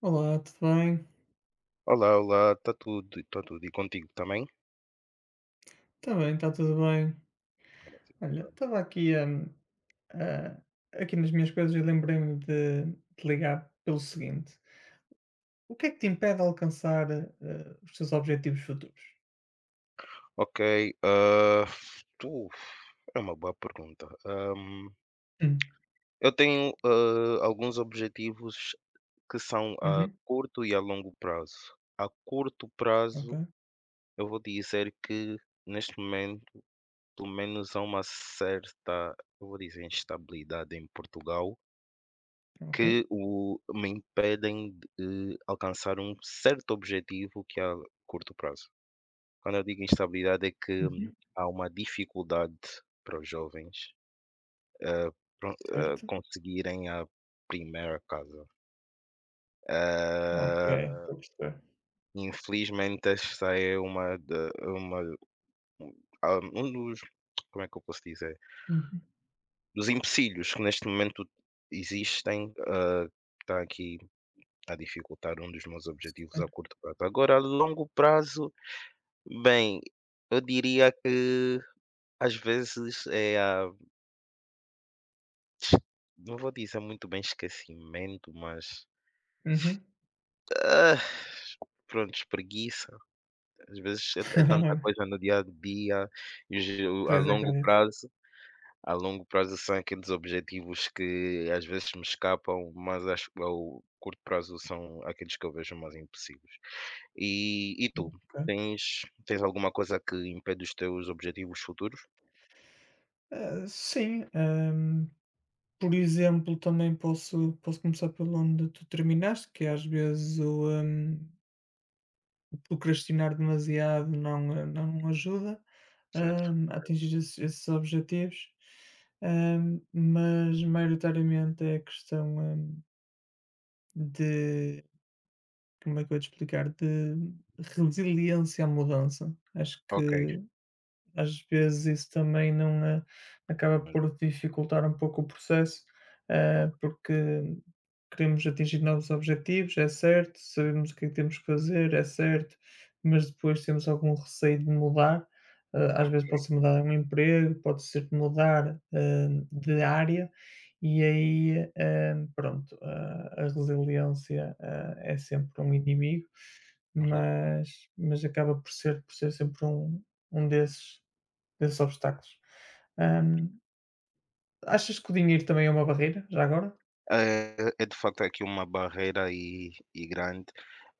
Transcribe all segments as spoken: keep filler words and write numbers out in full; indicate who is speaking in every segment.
Speaker 1: Olá, tudo bem?
Speaker 2: Olá, olá, está tudo, está tudo. E contigo também?
Speaker 1: Está bem, está tudo bem.
Speaker 2: É mais
Speaker 1: Olha,
Speaker 2: importante.
Speaker 1: estava aqui, hum, ah, aqui nas minhas coisas e lembrei-me de, de ligar pelo seguinte: o que é que te impede de alcançar ah, os teus objetivos futuros?
Speaker 2: Ok, ah, tu, é uma boa pergunta. Ahm,
Speaker 1: Hum.
Speaker 2: eu tenho ah, alguns objetivos que são a
Speaker 1: Uhum.
Speaker 2: curto e a longo prazo. A curto
Speaker 1: Ok,
Speaker 2: prazo, eu vou dizer que neste momento, pelo menos há uma certa, eu vou dizer, instabilidade em Portugal
Speaker 1: ok.
Speaker 2: que o, me impedem de eh, alcançar um certo objetivo que é a curto prazo. Quando eu digo instabilidade, é que hum,
Speaker 1: Uhum.
Speaker 2: há uma dificuldade para os jovens pro- eh,
Speaker 1: Certo.
Speaker 2: conseguirem a primeira casa.
Speaker 1: Ok,
Speaker 2: Eh,
Speaker 1: estou a perceber.
Speaker 2: infelizmente, esta é uma, de- uma ah, um dos, como é que eu posso dizer,
Speaker 1: Uhum.
Speaker 2: dos empecilhos que neste momento existem, eh, está aqui a dificultar um dos meus objetivos
Speaker 1: Sim.
Speaker 2: a curto prazo. Agora, a longo prazo, bem, eu diria que às vezes é a. Não vou dizer muito bem esquecimento, mas,
Speaker 1: Uhum.
Speaker 2: ah, prontos, preguiça. Às vezes é é tanta coisa no dia a dia e os o a
Speaker 1: Pois
Speaker 2: longo
Speaker 1: acredito.
Speaker 2: prazo a longo prazo são aqueles objetivos que às vezes me escapam, mas acho que ao curto prazo são aqueles que eu vejo mais impossíveis. E e tu,
Speaker 1: Ok.
Speaker 2: tens tens alguma coisa que impede os teus objetivos futuros?
Speaker 1: Ah, sim, hum, por exemplo, também posso, posso começar pelo onde tu terminaste, que é às vezes o. hum, procrastinar demasiado não, eh, não ajuda,
Speaker 2: Certo,
Speaker 1: hum, a atingir esses esses objetivos, hum, mas maioritariamente é questão, hum, de como é que eu ia te explicar? De resiliência à mudança. Acho
Speaker 2: ok,
Speaker 1: que às vezes isso também não, eh, acaba
Speaker 2: mas
Speaker 1: por dificultar um pouco o processo, eh,
Speaker 2: como
Speaker 1: porque queremos atingir novos objetivos, é certo, sabemos o que é que temos que fazer, é certo, mas depois temos algum receio de mudar. Eh, às
Speaker 2: ok,
Speaker 1: vezes pode ser mudar um emprego, pode ser mudar, eh, de área, e aí, eh, pronto, a a resiliência, eh, é sempre um inimigo,
Speaker 2: uhum.
Speaker 1: mas mas acaba por ser por ser sempre um um desses desses obstáculos. Hum, Achas que o dinheiro também é uma barreira, já agora?
Speaker 2: É é de facto aqui uma barreira e e grande.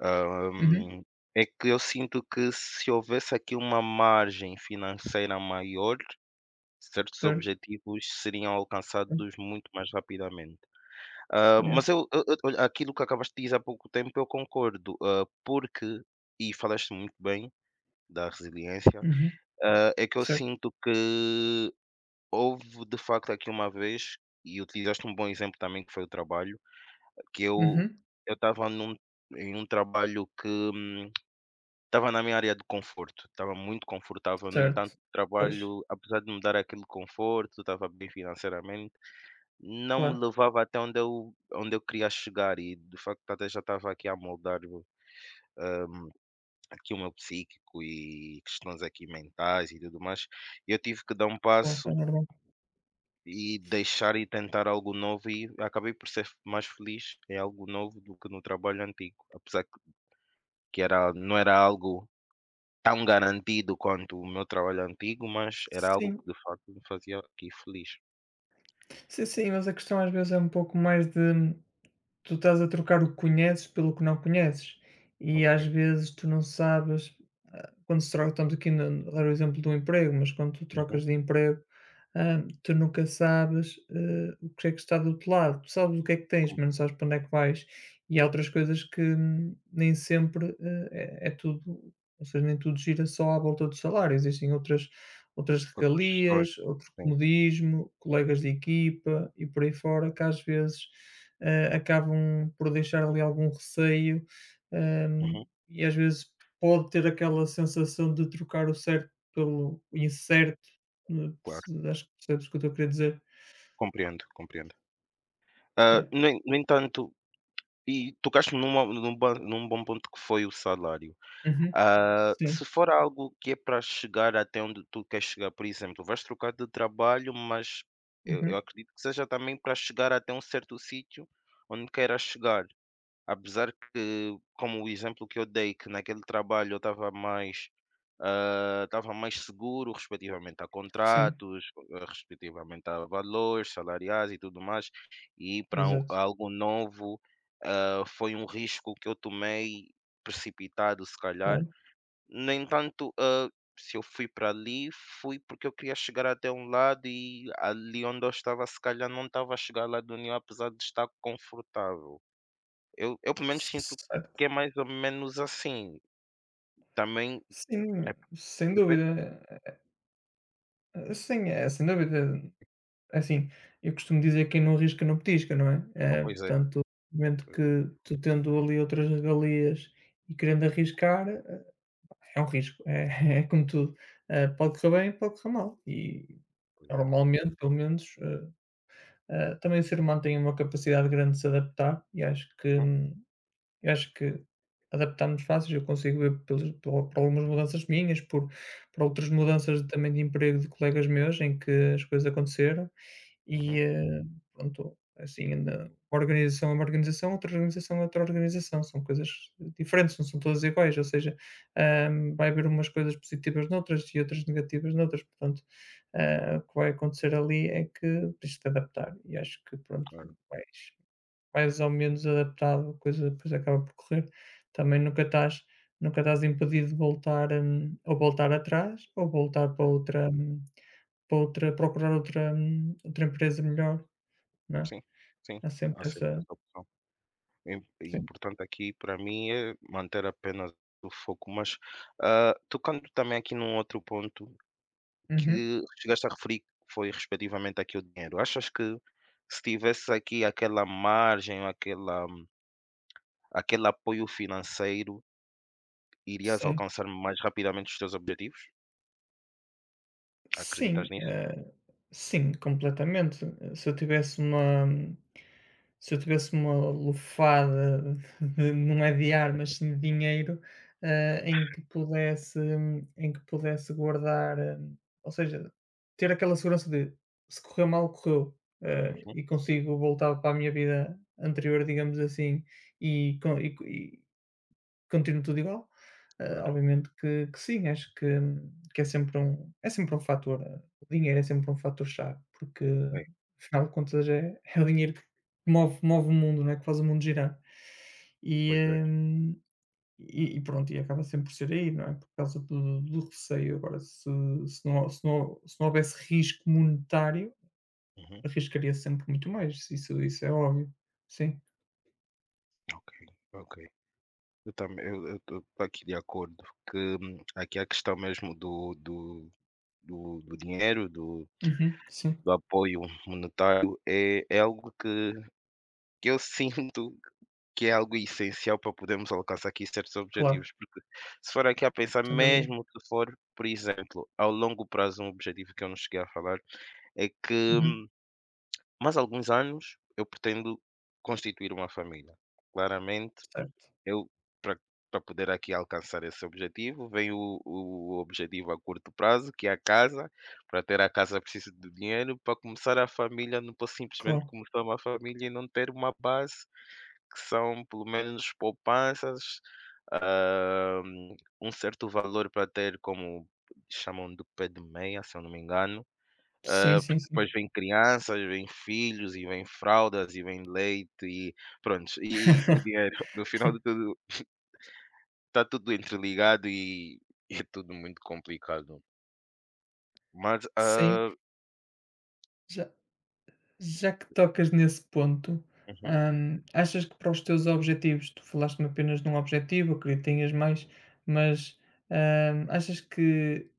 Speaker 2: Hã,
Speaker 1: Uhum,
Speaker 2: é que eu sinto que se houvesse aqui uma margem financeira maior, certos
Speaker 1: certo.
Speaker 2: objetivos seriam
Speaker 1: Hum,
Speaker 2: alcançados muito mais rapidamente. Hã,
Speaker 1: yeah.
Speaker 2: mas eu eu eu olha, aquilo que acabaste de dizer há pouco tempo eu concordo, hã, porque e falaste muito bem da resiliência.
Speaker 1: Uhum,
Speaker 2: Hã, é que eu
Speaker 1: certo.
Speaker 2: sinto que houve de facto aqui uma vez, e utilizaste um bom exemplo também que foi o trabalho, que eu
Speaker 1: Uhum,
Speaker 2: eu estava num em um trabalho que, hum, estava na minha área de conforto, estava muito confortável. No
Speaker 1: certo.
Speaker 2: entanto, o
Speaker 1: Pois,
Speaker 2: trabalho, apesar de me dar aquele conforto, estava bem financeiramente, não me
Speaker 1: claro,
Speaker 2: levava até onde eu onde eu queria chegar, e de facto até já estava aqui a moldar o aqui o meu psíquico e questões aqui mentais e tudo mais. Eu tive que dar um
Speaker 1: claro,
Speaker 2: passo
Speaker 1: é normal.
Speaker 2: e deixar e tentar algo novo, e acabei por ser mais feliz em algo novo do que no trabalho antigo, apesar que que era não era algo tão garantido quanto o meu trabalho antigo, mas era algo
Speaker 1: Sim,
Speaker 2: que de facto me fazia aqui feliz.
Speaker 1: sim, sim, mas a questão às vezes é um pouco mais de tu estás a trocar o que conheces pelo que não conheces. E
Speaker 2: Ok.
Speaker 1: às vezes tu não sabes quando se troca, estamos aqui no no exemplo do emprego, mas quando tu trocas
Speaker 2: Uhum.
Speaker 1: de emprego, hã, tu nunca sabes, eh, o que é que está do outro lado. Tu sabes o que é que tens, mas
Speaker 2: Compre
Speaker 1: não sabes para onde é que vais. E há outras coisas que, hum, nem sempre, eh, é é tudo ou seja, nem tudo gira só à volta do salário, existem outras outras
Speaker 2: Outras questões.
Speaker 1: regalias, outro
Speaker 2: Sim.
Speaker 1: comodismo, colegas de equipa e por aí fora, que às vezes, eh, acabam por deixar ali algum receio, hum,
Speaker 2: Uhum.
Speaker 1: e às vezes pode ter aquela sensação de trocar o certo pelo incerto, eh,
Speaker 2: Claro.
Speaker 1: perce acho que percebes o que eu estou a querer dizer.
Speaker 2: Compreendo, compreendo. Ah,
Speaker 1: É.
Speaker 2: no en no entanto, e tocaste-me numa num ba num bom ponto que foi o salário.
Speaker 1: Uhum,
Speaker 2: Ah,
Speaker 1: sim.
Speaker 2: se for algo que é para chegar até onde tu queres chegar, por exemplo, vais trocar de trabalho, mas eu eu
Speaker 1: Uhum,
Speaker 2: acredito que seja também para chegar até um certo sítio onde queiras chegar. Apesar que, como o exemplo que eu dei, que naquele trabalho eu estava mais, ah, estava mais seguro respectivamente a
Speaker 1: sim,
Speaker 2: contratos, eh, respectivamente a valores salariais e tudo mais, e para o-
Speaker 1: exato,
Speaker 2: algo novo, ah, foi um risco que eu tomei, precipitado, se calhar.
Speaker 1: claro.
Speaker 2: No entanto, ah, se eu fui para ali, fui porque eu queria chegar até um lado e, ali onde eu estava, se calhar não estava a chegar lá do nenhum, apesar de estar confortável. Eu eu pelo menos sinto que
Speaker 1: Certo.
Speaker 2: é mais ou menos assim, também é
Speaker 1: Sim, sem
Speaker 2: depende.
Speaker 1: dúvida. Eh, eh, sim, é sem dúvida. É assim, eu costumo dizer: que "Quem não arrisca não petisca", não é?
Speaker 2: Oh,
Speaker 1: Eh,
Speaker 2: pois é,
Speaker 1: portanto, no momento
Speaker 2: pois é,
Speaker 1: que tu tendo ali outras regalias e querendo arriscar é um risco, é é como tudo, eh, pode correr bem, pode correr mal e
Speaker 2: pois é.
Speaker 1: normalmente, pelo menos, eh, eh, também o ser humano tem uma capacidade grande de se adaptar e acho que
Speaker 2: Uhum,
Speaker 1: hum, eu acho que adaptamos fácil, eu consigo ver pelas por por algumas mudanças minhas, por por outras mudanças também de emprego de colegas meus em que as coisas aconteceram, e,
Speaker 2: uhum,
Speaker 1: eh, pronto, assim, na uma organização é uma organização, outra organização é outra organização, são coisas diferentes, não são todas iguais, ou seja, hã, vai haver umas coisas positivas noutras e outras negativas noutras, portanto, hã, o que vai acontecer ali é que tens de te adaptar e acho que pronto,
Speaker 2: claro.
Speaker 1: vais mais ou menos adaptado, a coisa depois acaba por correr. Também nunca estás nunca estás impedido de voltar, hum, ou voltar atrás, ou voltar para outra hum, para outra procurar outra hum, outra empresa melhor, não é?
Speaker 2: Sim, sim,
Speaker 1: Há sempre
Speaker 2: aceito
Speaker 1: essa
Speaker 2: essa opção. É im é
Speaker 1: sim.
Speaker 2: importante aqui para mim é manter apenas o foco, mas, ah, tocando também aqui num outro ponto
Speaker 1: Uhum.
Speaker 2: que chegaste a referir, que foi respectivamente aqui o dinheiro. Achas que, se tivesse aqui aquela margem, aquela aquele apoio financeiro, irias
Speaker 1: Sim.
Speaker 2: alcançar mais rapidamente os teus objetivos? Acreditas
Speaker 1: Sim,
Speaker 2: nisso?
Speaker 1: eh, sim, completamente. Se eu tivesse uma hum, se eu tivesse uma lufada de não é de ar, mas sim de dinheiro, ah, em que pudesse em que pudesse guardar, eh, ou seja, ter aquela segurança de se correu mal, correu, ah,
Speaker 2: Uhum,
Speaker 1: e consigo voltar para a minha vida anterior, digamos assim, e com e continua tudo igual. Eh,
Speaker 2: claro.
Speaker 1: obviamente que que sim, acho que que é sempre um é sempre um fator, eh, o dinheiro é sempre um fator-chave, porque
Speaker 2: É,
Speaker 1: afinal de contas é é o dinheiro que move move o mundo, não é, que faz o mundo girar. E,
Speaker 2: pois é.
Speaker 1: hum, e e pronto, e acaba sempre por ser aí, não é, por causa do do receio. Agora se se não se não se não houvesse risco monetário,
Speaker 2: Uhum.
Speaker 1: arriscaria sempre muito mais, isso isso é óbvio. Sim.
Speaker 2: Ok, ok. Eu também, eu estou aqui de acordo que, hum, aqui é a questão mesmo do do do do dinheiro, do
Speaker 1: Uhum, sim,
Speaker 2: do apoio monetário é é algo que que eu sinto que é algo essencial para podermos alcançar aqui certos
Speaker 1: claro,
Speaker 2: objetivos, porque se for aqui a pensar,
Speaker 1: sem dúvida.
Speaker 2: mesmo que for, por exemplo, ao longo prazo, um objetivo que eu não cheguei a falar é que,
Speaker 1: Uhum,
Speaker 2: mais alguns anos, eu pretendo constituir uma família. Claramente.
Speaker 1: certo,
Speaker 2: Eu, para pra poder aqui alcançar esse objetivo, vem o o objetivo a curto prazo, que é a casa. Para ter a casa preciso de dinheiro, para começar a família não posso simplesmente
Speaker 1: claro.
Speaker 2: começar uma família e não ter uma base, que são pelo menos poupanças, hum, um certo valor para ter como chamam do pé de meia, se eu não me engano.
Speaker 1: Sim,
Speaker 2: Hã,
Speaker 1: sim,
Speaker 2: porque
Speaker 1: sim.
Speaker 2: depois vem crianças, vem filhos e vem fraldas e vem leite e pronto, e o dinheiro, no final de tudo está tudo interligado e é tudo muito complicado. Mas,
Speaker 1: Sim,
Speaker 2: ah,
Speaker 1: já já que tocas nesse ponto,
Speaker 2: uhum.
Speaker 1: hum, achas que para os teus objetivos, tu falaste-me apenas de um objetivo, acredito que tenhas mais, mas, hum, achas que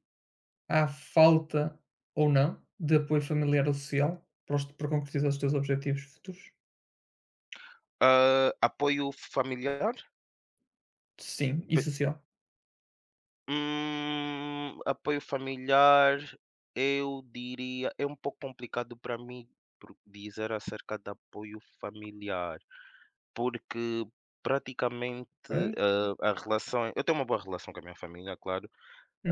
Speaker 1: há falta ou não de apoio familiar ou social para os para concretizar os teus objetivos futuros?
Speaker 2: Ah, apoio familiar?
Speaker 1: Sim, e
Speaker 2: Pe-
Speaker 1: social.
Speaker 2: Hum, apoio familiar, eu diria, é um pouco complicado para mim pro- dizer acerca de apoio familiar, porque praticamente,
Speaker 1: Ok.
Speaker 2: ah, a relação, eu tenho uma boa relação com a minha família, claro.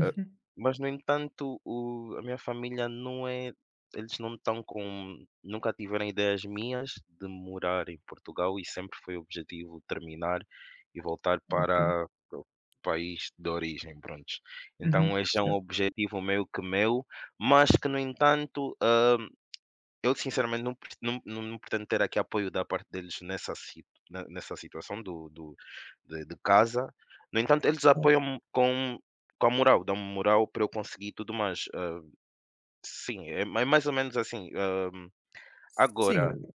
Speaker 2: Ah, mas, no entanto, o a minha família não é, eles não estão com, nunca tiveram ideias minhas de morar em Portugal, e sempre foi o objetivo terminar e voltar
Speaker 1: Ok.
Speaker 2: para o país de origem, pronto.
Speaker 1: Uhum.
Speaker 2: Então esse é um
Speaker 1: Certo,
Speaker 2: objetivo meio que meu, mas que, no entanto, ah, eu sinceramente não pre não não não pretendo ter aqui apoio da parte deles nessa si ne nessa situação do do de de casa. No entanto, eles
Speaker 1: claro.
Speaker 2: apoiam com com a moral, dão-me moral para eu conseguir e tudo mais. Hã, sim, é ma- é mais ou menos assim, hã,
Speaker 1: Sim,
Speaker 2: agora,
Speaker 1: o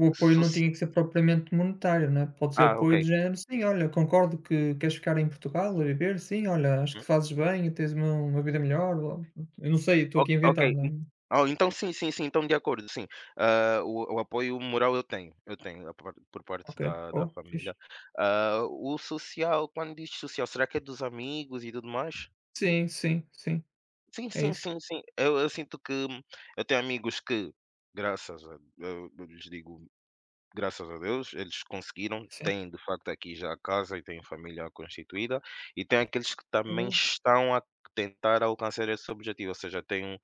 Speaker 1: o apoio não
Speaker 2: soci
Speaker 1: tinha que ser propriamente monetário, né, pode ser
Speaker 2: ah, ok.
Speaker 1: apoio do género: "Sim, olha, concordo que queres ficar em Portugal a viver. Sim, olha, acho que
Speaker 2: Uhum.
Speaker 1: fazes bem, tens uma uma vida melhor", blá, blá, blá. Eu não sei, estou
Speaker 2: O
Speaker 1: aqui a
Speaker 2: Ok.
Speaker 1: inventar, né.
Speaker 2: en- Oh, então sim, sim, sim, então de acordo, sim. Hã, o o apoio moral eu tenho, eu tenho a por por parte
Speaker 1: Ok,
Speaker 2: da da
Speaker 1: oh, fixe.
Speaker 2: família. Hã, o social, quando diz social, será que é dos amigos e tudo mais?
Speaker 1: Sim, sim, sim.
Speaker 2: Sim,
Speaker 1: É
Speaker 2: sim,
Speaker 1: isso,
Speaker 2: sim, sim. Eu eu sinto que, hum, eu tenho amigos que, graças a, eu eu lhes digo, graças a Deus, eles conseguiram,
Speaker 1: sim.
Speaker 2: têm de facto aqui já a casa e têm família constituída, e tem aqueles que
Speaker 1: Eu vou
Speaker 2: também
Speaker 1: uhum,
Speaker 2: estão a tentar alcançar esse objetivo, ou seja, tem um,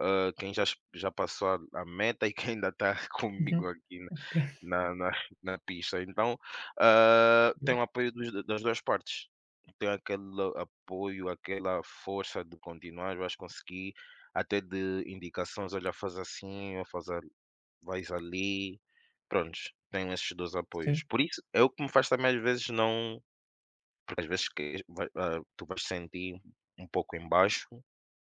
Speaker 2: hã, quem já es- já passou a a meta e quem ainda está comigo aqui
Speaker 1: ok.
Speaker 2: na na na pista. Então, hã,
Speaker 1: Boa.
Speaker 2: tem o apoio dos das duas partes. Tem aquele apoio, aquela força de continuar, vais conseguir, até de indicações: "Olha, faz assim, ou faz a vais ali". Prontos, tenho esses dois
Speaker 1: Sim,
Speaker 2: apoios. Por isso, é o que me faz também às vezes não, porque, às vezes, que vai, ah, tu vais sentir um pouco embaixo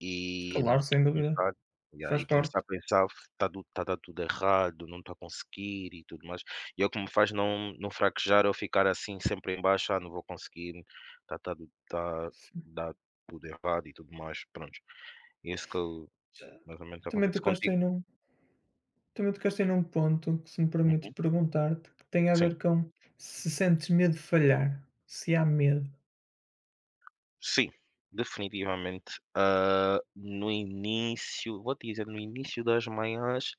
Speaker 2: e
Speaker 1: claro, sem dúvida,
Speaker 2: começar. Yeah,
Speaker 1: faz
Speaker 2: e começar
Speaker 1: parte.
Speaker 2: a pensar: "Está tudo está tudo errado, não estou a conseguir", e tudo mais. E é o que me faz não não fraquejar ou ficar assim sempre em baixo: "Ah, não vou conseguir, está está está
Speaker 1: Sim.
Speaker 2: dá tudo errado", e tudo mais, pronto. É isso que eu
Speaker 1: Já
Speaker 2: mais ou menos
Speaker 1: também
Speaker 2: acontece
Speaker 1: tocaste
Speaker 2: contigo?
Speaker 1: aí num também tocaste aí num ponto que, se me permites
Speaker 2: Uhum.
Speaker 1: perguntar-te, que tem a
Speaker 2: Sim.
Speaker 1: ver com se sentes medo de falhar, se há medo.
Speaker 2: Sim, definitivamente. Ah, no início, vou te dizer, no início das manhãs,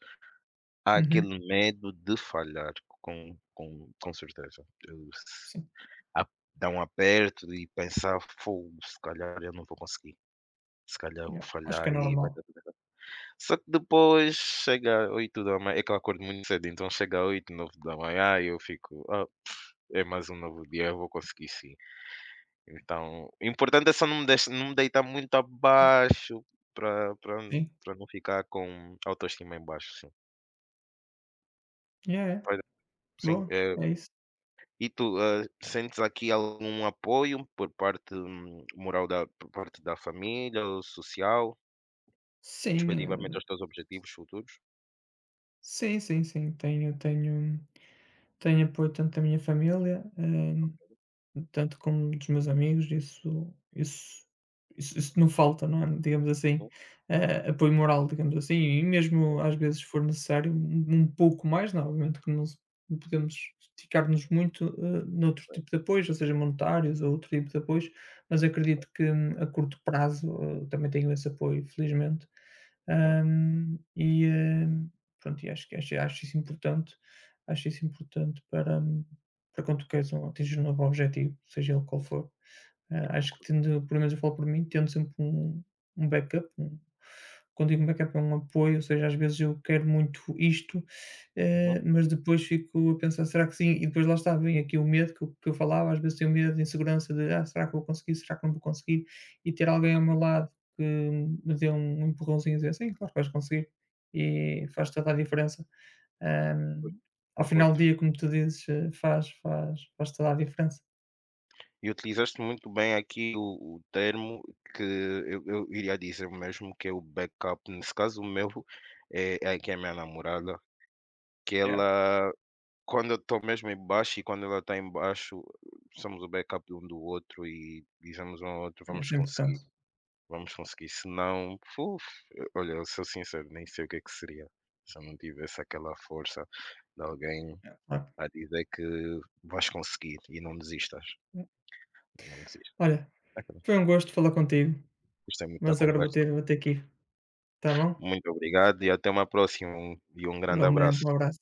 Speaker 2: há
Speaker 1: Uhum,
Speaker 2: aquele medo de falhar, com com com certeza. Eu, se
Speaker 1: sim,
Speaker 2: a, dá um aperto, e pensar: "Fogo, se calhar eu não vou conseguir, se calhar eu vou
Speaker 1: yeah, acho
Speaker 2: falhar
Speaker 1: que é
Speaker 2: e vai
Speaker 1: normal.
Speaker 2: dar tudo errado". Só que depois chega oito horas, é que eu acordo muito cedo, então chega às oito, h nove horas, e eu fico: "Ah, pff, é mais um novo dia, eu vou conseguir, sim". Então, o importante é só não me deix não me deitar muito abaixo para pra
Speaker 1: Sim.
Speaker 2: pra não ficar com autoestima em baixo, sim.
Speaker 1: É, é,
Speaker 2: Olha, sim,
Speaker 1: boa,
Speaker 2: é.
Speaker 1: é isso.
Speaker 2: E tu, ah, sentes aqui algum apoio por parte, hum, moral da por parte da família ou social,
Speaker 1: Sim,
Speaker 2: respectivamente
Speaker 1: eh,
Speaker 2: aos teus objetivos futuros?
Speaker 1: sim, sim, sim, tenho tenho tenho apoio tanto da minha família, eh, tanto como dos meus amigos, isso isso isso isso não falta, não é, digamos assim,
Speaker 2: Uhum.
Speaker 1: eh, apoio moral, digamos assim, e mesmo às vezes for necessário um um pouco mais, não, obviamente que não se não podemos esticar-nos muito, eh, noutro tipo de apoios, ou seja, monetários ou outro tipo de apoios, mas acredito que hum, a curto prazo, eh, também tenho esse apoio, felizmente.
Speaker 2: Uhum,
Speaker 1: Hum, e, eh, Pronto, e acho que acho acho isso importante, acho isso importante para hum, para quando tu queres um, atingir um novo objetivo, seja ele qual for, eh, acho que tendo, pelo menos eu falo por mim, tendo sempre um, um backup, um, quando digo backup é um apoio, ou seja, às vezes eu quero muito isto,
Speaker 2: uhum,
Speaker 1: eh, mas depois fico a pensar, será que sim? E depois lá está, vem aqui o medo que eu, que eu falava, às vezes tenho medo de insegurança de, ah, será que vou conseguir, será que não vou conseguir? E ter alguém ao meu
Speaker 2: ok,
Speaker 1: lado que me dê um empurrãozinho e dizer, sim, claro que vais conseguir, e faz toda a diferença. Hum, Ao final do
Speaker 2: concordo.
Speaker 1: dia, como tu dizes, eh, faz faz faz toda a diferença.
Speaker 2: E utilizaste muito bem aqui o o termo que eu eu iria dizer, mesmo, que é o backup. Nesse caso o meu é é que é a minha namorada, que
Speaker 1: Yeah.
Speaker 2: ela, quando eu estou mesmo em baixo e quando ela está em baixo, somos o backup um do outro e dizemos um ao outro:
Speaker 1: É
Speaker 2: "Vamos
Speaker 1: isso, é importante,
Speaker 2: conseguir". Vamos conseguir, se não, uf, eu- olha, eu sou sincero, nem sei o que é que seria se eu não tivesse aquela força de alguém
Speaker 1: claro.
Speaker 2: a dizer que vais conseguir e não desistas, não desistas.
Speaker 1: Olha, foi um gosto falar contigo,
Speaker 2: Gostei muito da
Speaker 1: mas agora vou
Speaker 2: conversa.
Speaker 1: ter vou ter que ir, está bom?
Speaker 2: Muito obrigado e até uma próxima, um e um grande
Speaker 1: Igualmente,
Speaker 2: abraço.
Speaker 1: um abraço.